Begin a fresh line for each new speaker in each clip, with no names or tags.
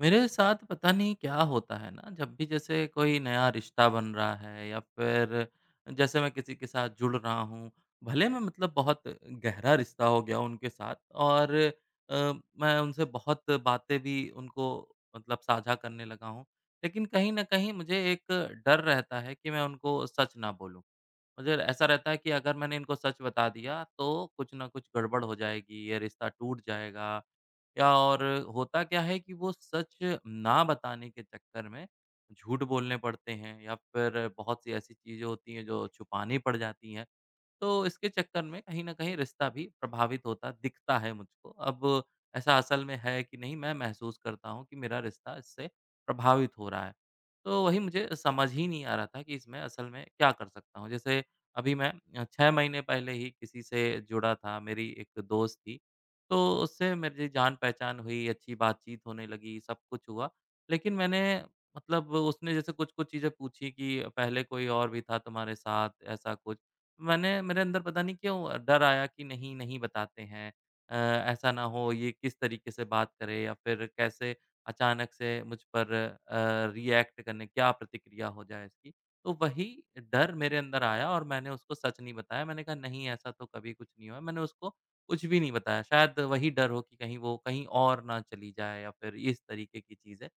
मेरे साथ पता नहीं क्या होता है ना, जब भी जैसे कोई नया रिश्ता बन रहा है या फिर जैसे मैं किसी के साथ जुड़ रहा हूँ, भले मैं मतलब बहुत गहरा रिश्ता हो गया उनके साथ और अ, मैं उनसे बहुत बातें भी उनको मतलब साझा करने लगा हूँ। लेकिन कहीं न कहीं मुझे एक डर रहता है कि मैं उनको सच ना बोलूँ। मुझे ऐसा रहता है कि अगर मैंने इनको सच बता दिया, तो कुछ न कुछ गड़बड़ हो जाएगी, ये रिश्ता टूट जाएगा या और होता क्या है कि वो सच ना बताने के चक्कर में झूठ बोलने पड़ते हैं या फिर बहुत सी ऐसी चीज़ें होती हैं जो छुपानी पड़ जाती हैं। तो इसके चक्कर में कहीं न कहीं रिश्ता भी प्रभावित होता दिखता है मुझको। अब ऐसा असल में है कि नहीं, मैं महसूस करता हूँ कि मेरा रिश्ता इससे प्रभावित हो रहा है। तो वही मुझे समझ ही नहीं आ रहा था कि इसमें असल में क्या कर सकता हूँ? जैसे अभी मैं 6 महीने पहले ही किसी से जुड़ा था, मेरी एक दोस्त थी। तो उससे मेरी जान-पहचान हुई, अच्छी बातचीत होने लगी, सब कुछ हुआ। लेकिन मैंने मतलब उसने जैसे कुछ-कुछ चीज़ें पूछी कि पहले कोई और भी था तुम्हारे साथ, ऐसा कुछ। मैंने मेरे अंदर पता नहीं क्यों डर आया कि नहीं, नहीं बताते हैं। अ, ऐसा ना हो ये किस तरीके से बात करे या फिर कैसे अचानक से मुझ पर रिएक्ट करने क्या प्रतिक्रिया हो जाए इसकी। तो वही डर मेरे अंदर आया और मैंने उसको सच नहीं बताया। मैंने कहा, नहीं ऐसा तो कभी कुछ नहीं हुआ। मैंने उसको कुछ भी नहीं बताया। शायद वही डर हो कि कहीं वो कहीं और ना चली जाए या फिर इस तरीके की चीज़ें।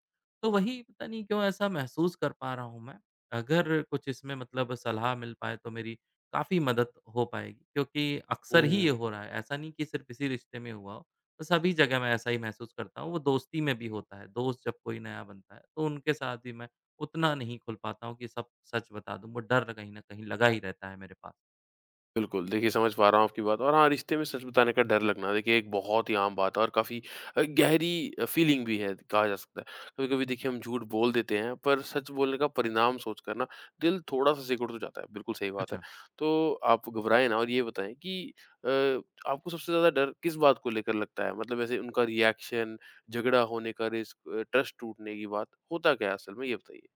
तो वही पता नहीं क्यों ऐसा महसूस कर पा रहा हूँ मैं। अगर कुछ इसमें मतलब सलाह मिल पाए तो मेरी काफ़ी मदद हो पाएगी, क्योंकि अक्सर ही
हुँ।
ये हो रहा है, ऐसा नहीं कि सिर्फ़ इसी रिश्ते में हुआ हो। तो सभी जगह मैं ऐसा ही महसूस करता हूँ, वो दोस्ती में भी होता है, दोस्त जब कोई नया बनता है, तो उनके साथ भी मैं उतना नहीं खुल पाता हूँ कि सब सच बता दूँ, वो डर कहीं न कहीं लगा ही रहता है मेरे पास।
बिल्कुल, देखिए समझ पा रहा हूँ आपकी बात और हाँ, रिश्ते में सच बताने का डर लगना देखिए एक बहुत ही आम बात है और काफ़ी गहरी फ़ीलिंग भी है कहा जा सकता है। कभी-कभी देखिए हम झूठ बोल देते हैं पर सच बोलने का परिणाम सोचकर ना दिल थोड़ा-सा सिकुड़ तो जाता है, बिल्कुल सही बात है।
अच्छा।
तो आप घबराएँ ना और ये बताएँ कि अ, आपको सबसे ज़्यादा डर किस बात को लेकर लगता है? मतलब ऐसे उनका रिएक्शन, झगड़ा होने का रिस्क, ट्रस्ट टूटने की बात, होता क्या है असल में ये बताइए?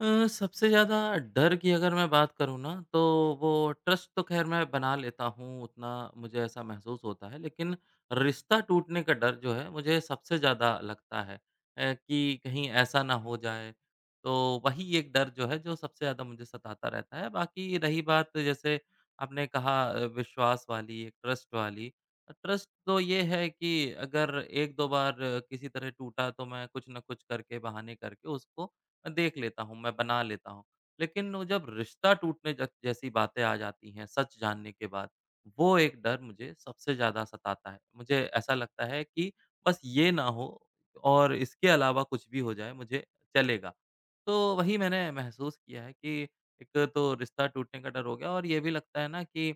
सबसे ज़्यादा डर की अगर मैं बात करूँ ना, तो वो ट्रस्ट तो ख़ैर मैं बना लेता हूँ उतना, मुझे ऐसा महसूस होता है। लेकिन रिश्ता टूटने का डर जो है मुझे सबसे ज़्यादा लगता है, कि कहीं ऐसा ना हो जाए। तो वही एक डर जो है जो सबसे ज़्यादा मुझे सताता रहता है। बाकी रही बात, जैसे आपने कहा, विश्वास वाली, एक ट्रस्ट वाली। ट्रस्ट तो ये है कि अगर 1-2 बार किसी तरह टूटा, तो मैं कुछ न कुछ करके, बहाने करके उसको मैं देख लेता हूँ, मैं बना लेता हूँ। लेकिन वो जब रिश्ता टूटने ज जैसी बातें आ जाती हैं, सच जानने के बाद, वो एक डर मुझे सबसे ज़्यादा सताता है। मुझे ऐसा लगता है कि बस ये ना हो, और इसके अलावा कुछ भी हो जाए, मुझे चलेगा। तो वही मैंने महसूस किया है कि एक तो रिश्ता टूटने का डर हो गया, और ये भी लगता है ना कि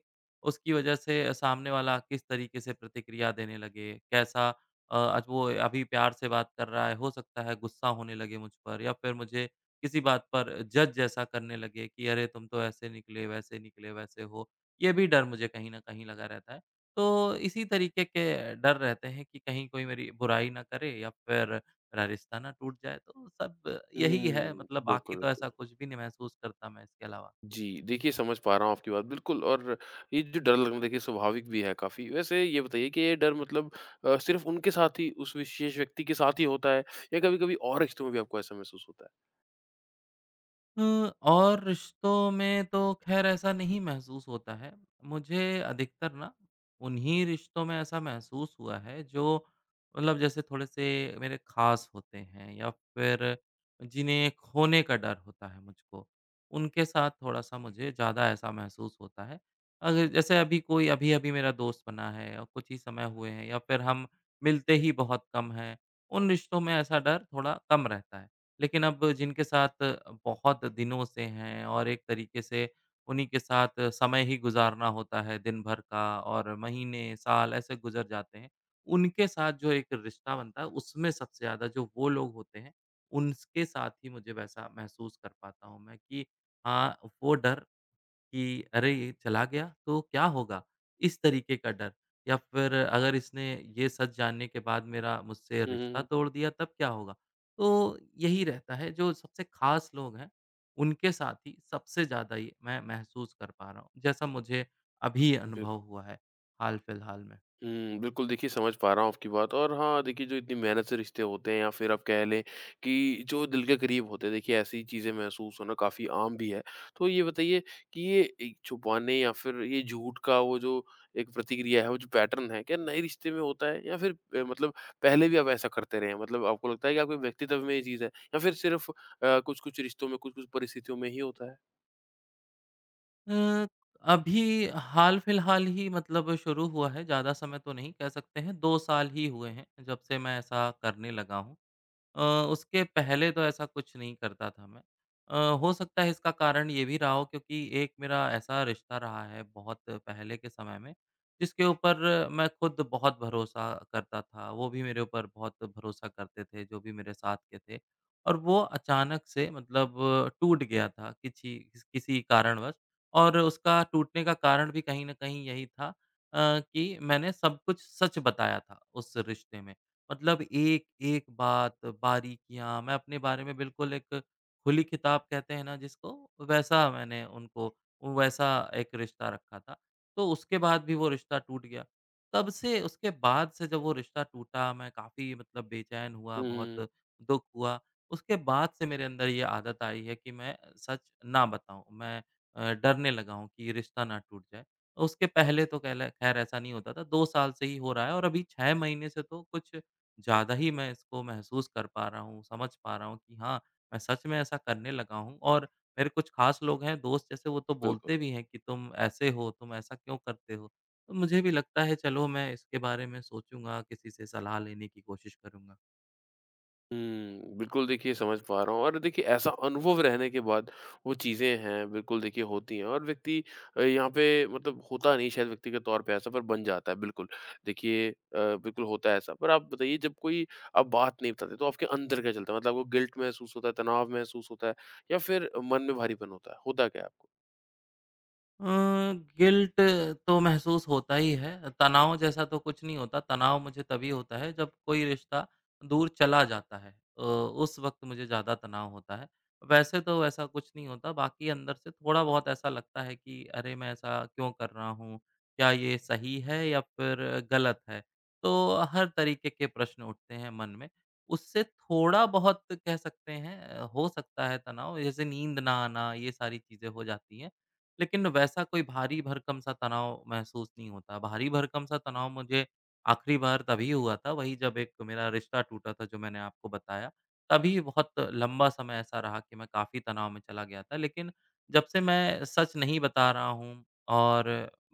उसकी वजह से सामने वाला किस तरीके से प्रतिक्रिया देने लगे, कैसा। आज वो अभी प्यार से बात कर रहा है, हो सकता है गुस्सा होने लगे मुझ पर या फिर मुझे किसी बात पर जज जैसा करने लगे कि अरे, तुम तो ऐसे निकले, वैसे हो। ये भी डर मुझे कहीं न कहीं लगा रहता है। तो इसी तरीके के डर रहते हैं कि कहीं कोई मेरी बुराई ना करे या फिर मेरा रिश्ता ना टूट जाए। तो सब यही है
हुँ,
मतलब, बाकी
बिल्कुल,
तो ऐसा
बिल्कुल।
कुछ भी नहीं महसूस करता मैं इसके अलावा।
जी, देखिए समझ पा रहा हूँ आपकी बात बिल्कुल और ये जो डर लगना देखिए स्वाभाविक भी है काफ़ी। वैसे ये बताइए कि ये डर मतलब सिर्फ़ उनके साथ ही उस विशेष व्यक्ति के साथ ही होता है या कभी-कभी और रिश्तों में भी आपको ऐसा महसूस होता है?
अ, और रिश्तों में तो खैर ऐसा नहीं महसूस होता है। मुझे अधिकतर ना उन्हीं रिश्तों में ऐसा महसूस हुआ है, जो मतलब जैसे थोड़े-से मेरे ख़ास होते हैं या फिर जिन्हें खोने का डर होता है मुझको। उनके साथ थोड़ा-सा मुझे ज़्यादा ऐसा महसूस होता है। अगर जैसे अभी कोई अभी-अभी मेरा दोस्त बना है और कुछ ही समय हुए हैं या फिर हम मिलते ही बहुत कम हैं, उन रिश्तों में ऐसा डर थोड़ा कम रहता है। लेकिन अब जिनके साथ बहुत दिनों से हैं और एक तरीके से उन्हीं के साथ समय ही गुज़ारना होता है दिन भर का, और महीने, साल ऐसे गुज़र जाते हैं। उनके साथ जो एक रिश्ता बनता है, उसमें सबसे ज़्यादा जो वो लोग होते हैं, उनके साथ ही मुझे वैसा महसूस कर पाता हूँ मैं कि हाँ, वो डर कि अरे! ये चला गया तो क्या होगा? इस तरीके का डर, या फिर अगर इसने ये सच जानने के बाद मेरा मुझसे
हुँ, हुँ,
रिश्ता
हुँ।
तोड़ दिया तब क्या होगा? तो यही रहता है, जो सबसे ख़ास लोग हैं, उनके साथ ही सबसे ज़्यादा ये मैं महसूस कर पा रहा हूँ, जैसा मुझे अभी अनुभव
बिल्कुल।
हुआ है हाल-फ़िलहाल में।
हुँ, बिल्कुल देखिए समझ पा रहा हूँ आपकी बात और हाँ, देखिए जो इतनी मेहनत से रिश्ते होते हैं या फिर आप कह लें कि जो दिल के करीब होते हैं देखिए ऐसी चीज़ें महसूस होना काफ़ी आम भी है। तो ये बताइए कि ये एक छुपाने या फिर ये झूठ का वो जो एक प्रतिक्रिया है, वो जो पैटर्न है, क्या नए रिश्ते में होता है या फिर मतलब पहले भी आप ऐसा करते रहे हैं? मतलब आपको लगता है कि आपके व्यक्तित्व में ये चीज़ है या फिर सिर्फ़ कुछ-कुछ रिश्तों में, कुछ-कुछ परिस्थितियों में ही होता है?
अ, अभी हाल-फ़िलहाल ही मतलब शुरू हुआ है, ज़्यादा समय तो नहीं कह सकते हैं, 2 साल ही हुए हैं जब से मैं ऐसा करने लगा हूँ। अ, उसके पहले तो ऐसा कुछ नहीं करता था मैं। हो सकता है इसका कारण ये भी रहा हो, क्योंकि एक मेरा ऐसा रिश्ता रहा है बहुत पहले के समय में, जिसके ऊपर मैं खुद बहुत भरोसा करता था। वो भी मेरे ऊपर बहुत भरोसा करते थे, जो भी मेरे साथ के थे, और वो अचानक से मतलब टूट गया था किसी किसी कारणवश। और उसका टूटने का कारण भी कहीं न कहीं यही था, कि मैंने सब कुछ सच बताया था उस रिश्ते में। मतलब एक-एक बात, बारीकियाँ, मैं अपने बारे में बिल्कुल एक खुली किताब कहते हैं ना जिसको, वैसा मैंने उनको, वैसा एक रिश्ता रखा था। तो उसके बाद भी वो रिश्ता टूट गया। तब से, उसके बाद से जब वो रिश्ता टूटा, मैं काफ़ी मतलब बेचैन हुआ,
हुँ,
बहुत
हुँ, हुँ,
दुःख हुआ। उसके बाद से मेरे अंदर ये आदत आई है कि मैं सच ना बताऊँ। मैं डरने लगा हूँ कि ये रिश्ता ना टूट जाए। उसके पहले तो कहले खैर ऐसा नहीं होता था, 2 साल से ही हो रहा है और अभी 6 महीने से तो कुछ ज़्यादा ही मैं इसको महसूस कर पा रहा हूँ, समझ पा रहा हूँ कि हाँ, मैं सच में ऐसा करने लगा हूँ। और मेरे कुछ खास लोग हैं, दोस्त जैसे, वो तो
बिल्कुल।
बोलते भी हैं कि तुम ऐसे हो, तुम ऐसा क्यों करते हो? तो मुझे भी लगता है, चलो मैं इसके बारे में सोचूँगा, किसी से सलाह लेने की कोशिश करूँगा।
हुँ, बिल्कुल देखिए समझ पा रहा हूँ और देखिए ऐसा अनुभव रहने के बाद वो चीज़ें हैं बिल्कुल देखिए होती हैं और व्यक्ति यहाँ पे मतलब होता नहीं शायद व्यक्ति के तौर पे ऐसा पर बन जाता है बिल्कुल। देखिए बिल्कुल होता है ऐसा। पर आप बताइए जब कोई आप बात नहीं बताते तो आपके अंदर क्या चलता है? मतलब आपको गिल्ट महसूस होता है, तनाव महसूस होता है या फिर मन में भारीपन होता है? होता क्या है आपको?
अ, गिल्ट तो महसूस होता ही है। तनाव जैसा तो कुछ नहीं होता, तनाव मुझे तभी होता है जब कोई रिश्ता दूर चला जाता है। उस वक़्त मुझे ज़्यादा तनाव होता है। वैसे तो वैसा कुछ नहीं होता, बाकी अंदर से थोड़ा-बहुत ऐसा लगता है कि अरे! मैं ऐसा क्यों कर रहा हूँ? क्या ये सही है या फिर गलत है? तो हर तरीके के प्रश्न उठते हैं मन में। उससे थोड़ा-बहुत कह सकते हैं, हो सकता है तनाव, जैसे नींद ना आना, ये सारी चीज़ें हो जाती हैं। लेकिन वैसा कोई भारी भरकम सा तनाव महसूस नहीं होता। भारी भरकम सा तनाव मुझे आखिरी बार तभी हुआ था, वही जब एक मेरा रिश्ता टूटा था, जो मैंने आपको बताया। तभी बहुत लंबा समय ऐसा रहा कि मैं काफ़ी तनाव में चला गया था। लेकिन जब से मैं सच नहीं बता रहा हूँ और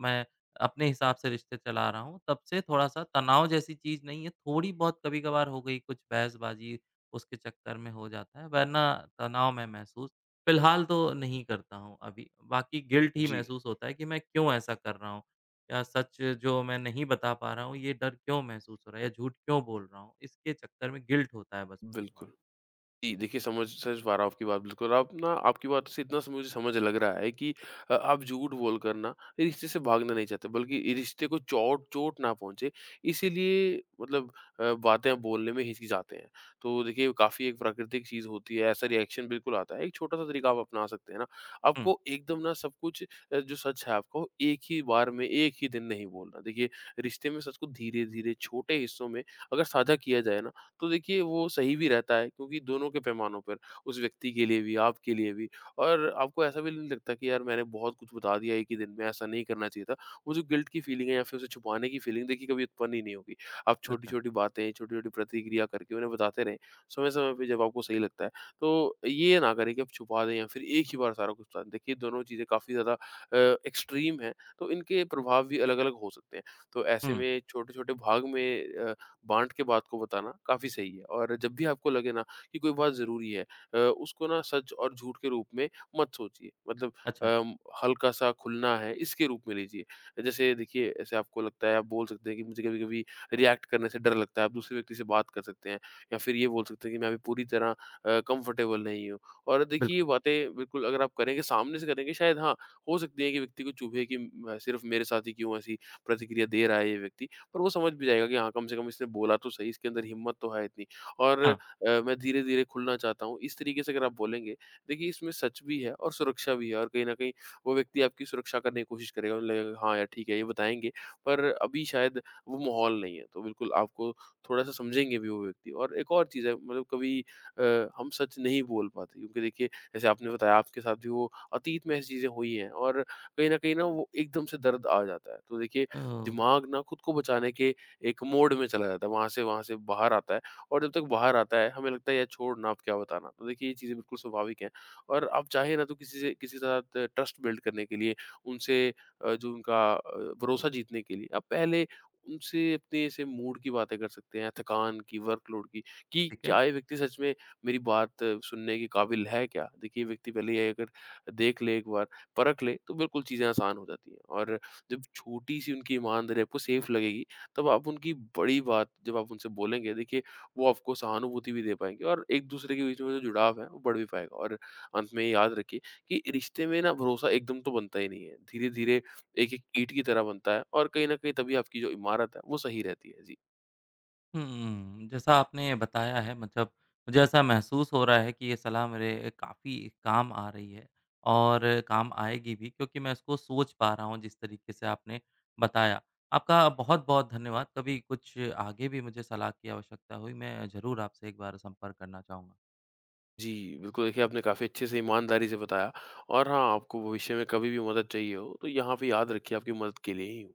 मैं अपने हिसाब से रिश्ते चला रहा हूँ, तब से थोड़ा-सा तनाव जैसी चीज़ नहीं है, थोड़ी बहुत कभी-कभार हो गई कुछ बहसबाजी, उसके चक्कर में हो जाता है, वरना तनाव मैं महसूस फ़िलहाल तो नहीं करता हूँ अभी। बाकी गिल्ट ही
जी,
महसूस होता है कि मैं क्यों ऐसा कर रहा हूँ? या सच जो मैं नहीं बता पा रहा हूँ, ये डर क्यों महसूस हो रहा है या झूठ क्यों बोल रहा हूँ? इसके चक्कर में गिल्ट होता है बस मुझे थोड़ा।
बिल्कुल। जी, देखिए समझ समझ पा रहा हूँ आपकी बात बिल्कुल। आप ना आपकी बात से इतना स मुझे समझ लग रहा है कि आप झूठ बोलकर ना रिश्ते से भागना नहीं चाहते बल्कि रिश्ते को चोट चोट ना पहुँचे इसीलिए मतलब बातें आप बोलने में हिचकिचाते हैं। तो देखिए काफ़ी एक प्राकृतिक चीज़ होती है, ऐसा रिएक्शन बिल्कुल आता है। एक छोटा-सा तरीका आप अपना सकते हैं ना,
हुँ,
आपको एकदम ना सब कुछ जो सच है आपको एक ही बार में, एक ही दिन नहीं बोलना। देखिए रिश्ते में सच को धीरे-धीरे छोटे हिस्सों में अगर साझा किया जाए ना तो देखिए वो सही भी रहता है क्योंकि दोनों के पैमानों पर, उस व्यक्ति के लिए भी, आपके लिए भी और आपको ऐसा भी नहीं लगता कि यार मैंने बहुत कुछ बता दिया एक ही दिन में, ऐसा नहीं करना चाहिए था। वो जो गिल्ट की फीलिंग है या फिर उसे छुपाने की फीलिंग देखिए कभी उत्पन्न ही नहीं होगी। आप
अच्छा।
छोटी-छोटी बातें, छोटी-छोटी प्रतिक्रिया करके उन्हें बताते रहें, समय-समय पे जब आपको सही लगता है। तो ये ना करें कि आप छुपा दें या फिर एक ही बार सारा कुछ बता दें। देखिए दोनों चीज़ें काफ़ी ज़्यादा अ, एक्सट्रीम हैं, तो इनके प्रभाव भी अलग-अलग हो सकते हैं। तो ऐसे
हुँ,
में छोटे-छोटे भाग में अ, बाँट के बात को बताना काफ़ी सही है और जब भी आपको लगे ना कि कोई बात ज़रूरी है उसको ना सच और झूठ के रूप में मत सोचिए मतलब
अच्छा,
अम, हल्का-सा खुलना है इसके रूप में लीजिए। जैसे देखिए ऐसे आपको लगता है आप बोल सकते हैं कि मुझे कभी-कभी रिएक्ट करने से डर लगता है, आप दूसरे व्यक्ति से बात कर सकते हैं या फिर ये बोल सकते हैं कि मैं अभी पूरी तरह कंफर्टेबल नहीं हूँ। और देखिए ये
बिल्कुल।
बातें बिल्कुल अगर आप करेंगे सामने से करेंगे शायद हाँ, हो सकती है कि व्यक्ति को चुभे कि म सिर्फ़ मेरे साथ ही क्यों ऐसी प्रतिक्रिया दे रहा है ये व्यक्ति। पर वो समझ भी जाएगा कि हाँ, कम से कम इसने बोला तो सही, इसके अंदर हिम्मत तो है इतनी और
हाँ,
मैं धीरे-धीरे खुलना चाहता हूँ। इस तरीके से अगर आप बोलेंगे, देखिए इसमें सच भी है और सुरक्षा भी है और कहीं न कहीं वो व्यक्ति आपकी सुरक्षा करने की कोशिश करेगा, उन्हें लगेगा हाँ, यार ठीक है, ये बताएँगे पर अभी शायद वो माहौल नहीं है। तो बिल्कुल आपको थोड़ा-सा समझेंगे भी वो व्यक्ति और एक और चीज़ है मतलब कभी अ, हम सच नहीं बोल पाते क्योंकि देखिए जैसे आपने बताया आपके साथ भी वो अतीत में ऐसी चीज़ें हुई हैं और कहीं न कहीं ना वो एकदम से दर्द आ जाता है। तो देखिए
ओह!
दिमाग ना खुद को बचाने के एक मोड में चला जाता है, वहाँ से बाहर आता है और जब तक बाहर आता है, हमें लगता है यार छोड़ ना अब क्या बताना। तो देखिए ये चीज़ें बिल्कुल स्वाभाविक हैं और आप चाहें ना तो किसी से किसी के साथ ट्रस्ट बिल्ड करने के लिए उनसे जो उनका भरोसा जीतने के लिए आप पहले उनसे अपने ऐसे मूड की बातें कर सकते हैं, थकान की, वर्कलोड की, कि
ठीक है।
क्या ये व्यक्ति सच में मेरी बात सुनने के काबिल है क्या? देखिए व्यक्ति पहले ये अगर देख ले एक बार, परख ले, तो बिल्कुल चीज़ें आसान हो जाती हैं और जब छोटी-सी उनकी ईमानदारी आपको सेफ लगेगी, तब आप उनकी बड़ी बात जब आप उनसे बोलेंगे, देखिए वो आपको सहानुभूति भी दे पाएँगे और एक-दूसरे के बीच में जो जुड़ाव है, वो बढ़ भी पाएगा। और अंत में ये याद रखिए कि रिश्ते में ना भरोसा एकदम तो बनता ही नहीं है। धीरे-धीरे एक-एक ईंट की तरह बनता है और कहीं न कहीं तभी आपकी जो इमारत है, वो सही रहती है। जी।
हुँ, जैसा आपने बताया है मतलब मुझे ऐसा महसूस हो रहा है कि ये सलाह मेरे काफ़ी काम आ रही है और काम आएगी भी, क्योंकि मैं इसको सोच पा रहा हूँ जिस तरीके से आपने बताया। आपका बहुत-बहुत धन्यवाद। कभी कुछ आगे भी मुझे सलाह की आवश्यकता हुई, मैं ज़रूर आपसे एक बार संपर्क करना चाहूँगा।
जी, बिल्कुल देखिए आपने काफ़ी अच्छे से ईमानदारी से बताया और हाँ, आपको भविष्य में कभी भी मदद चाहिए हो, तो यहाँ पे याद रखिए आपकी मदद के लिए ही हूँ।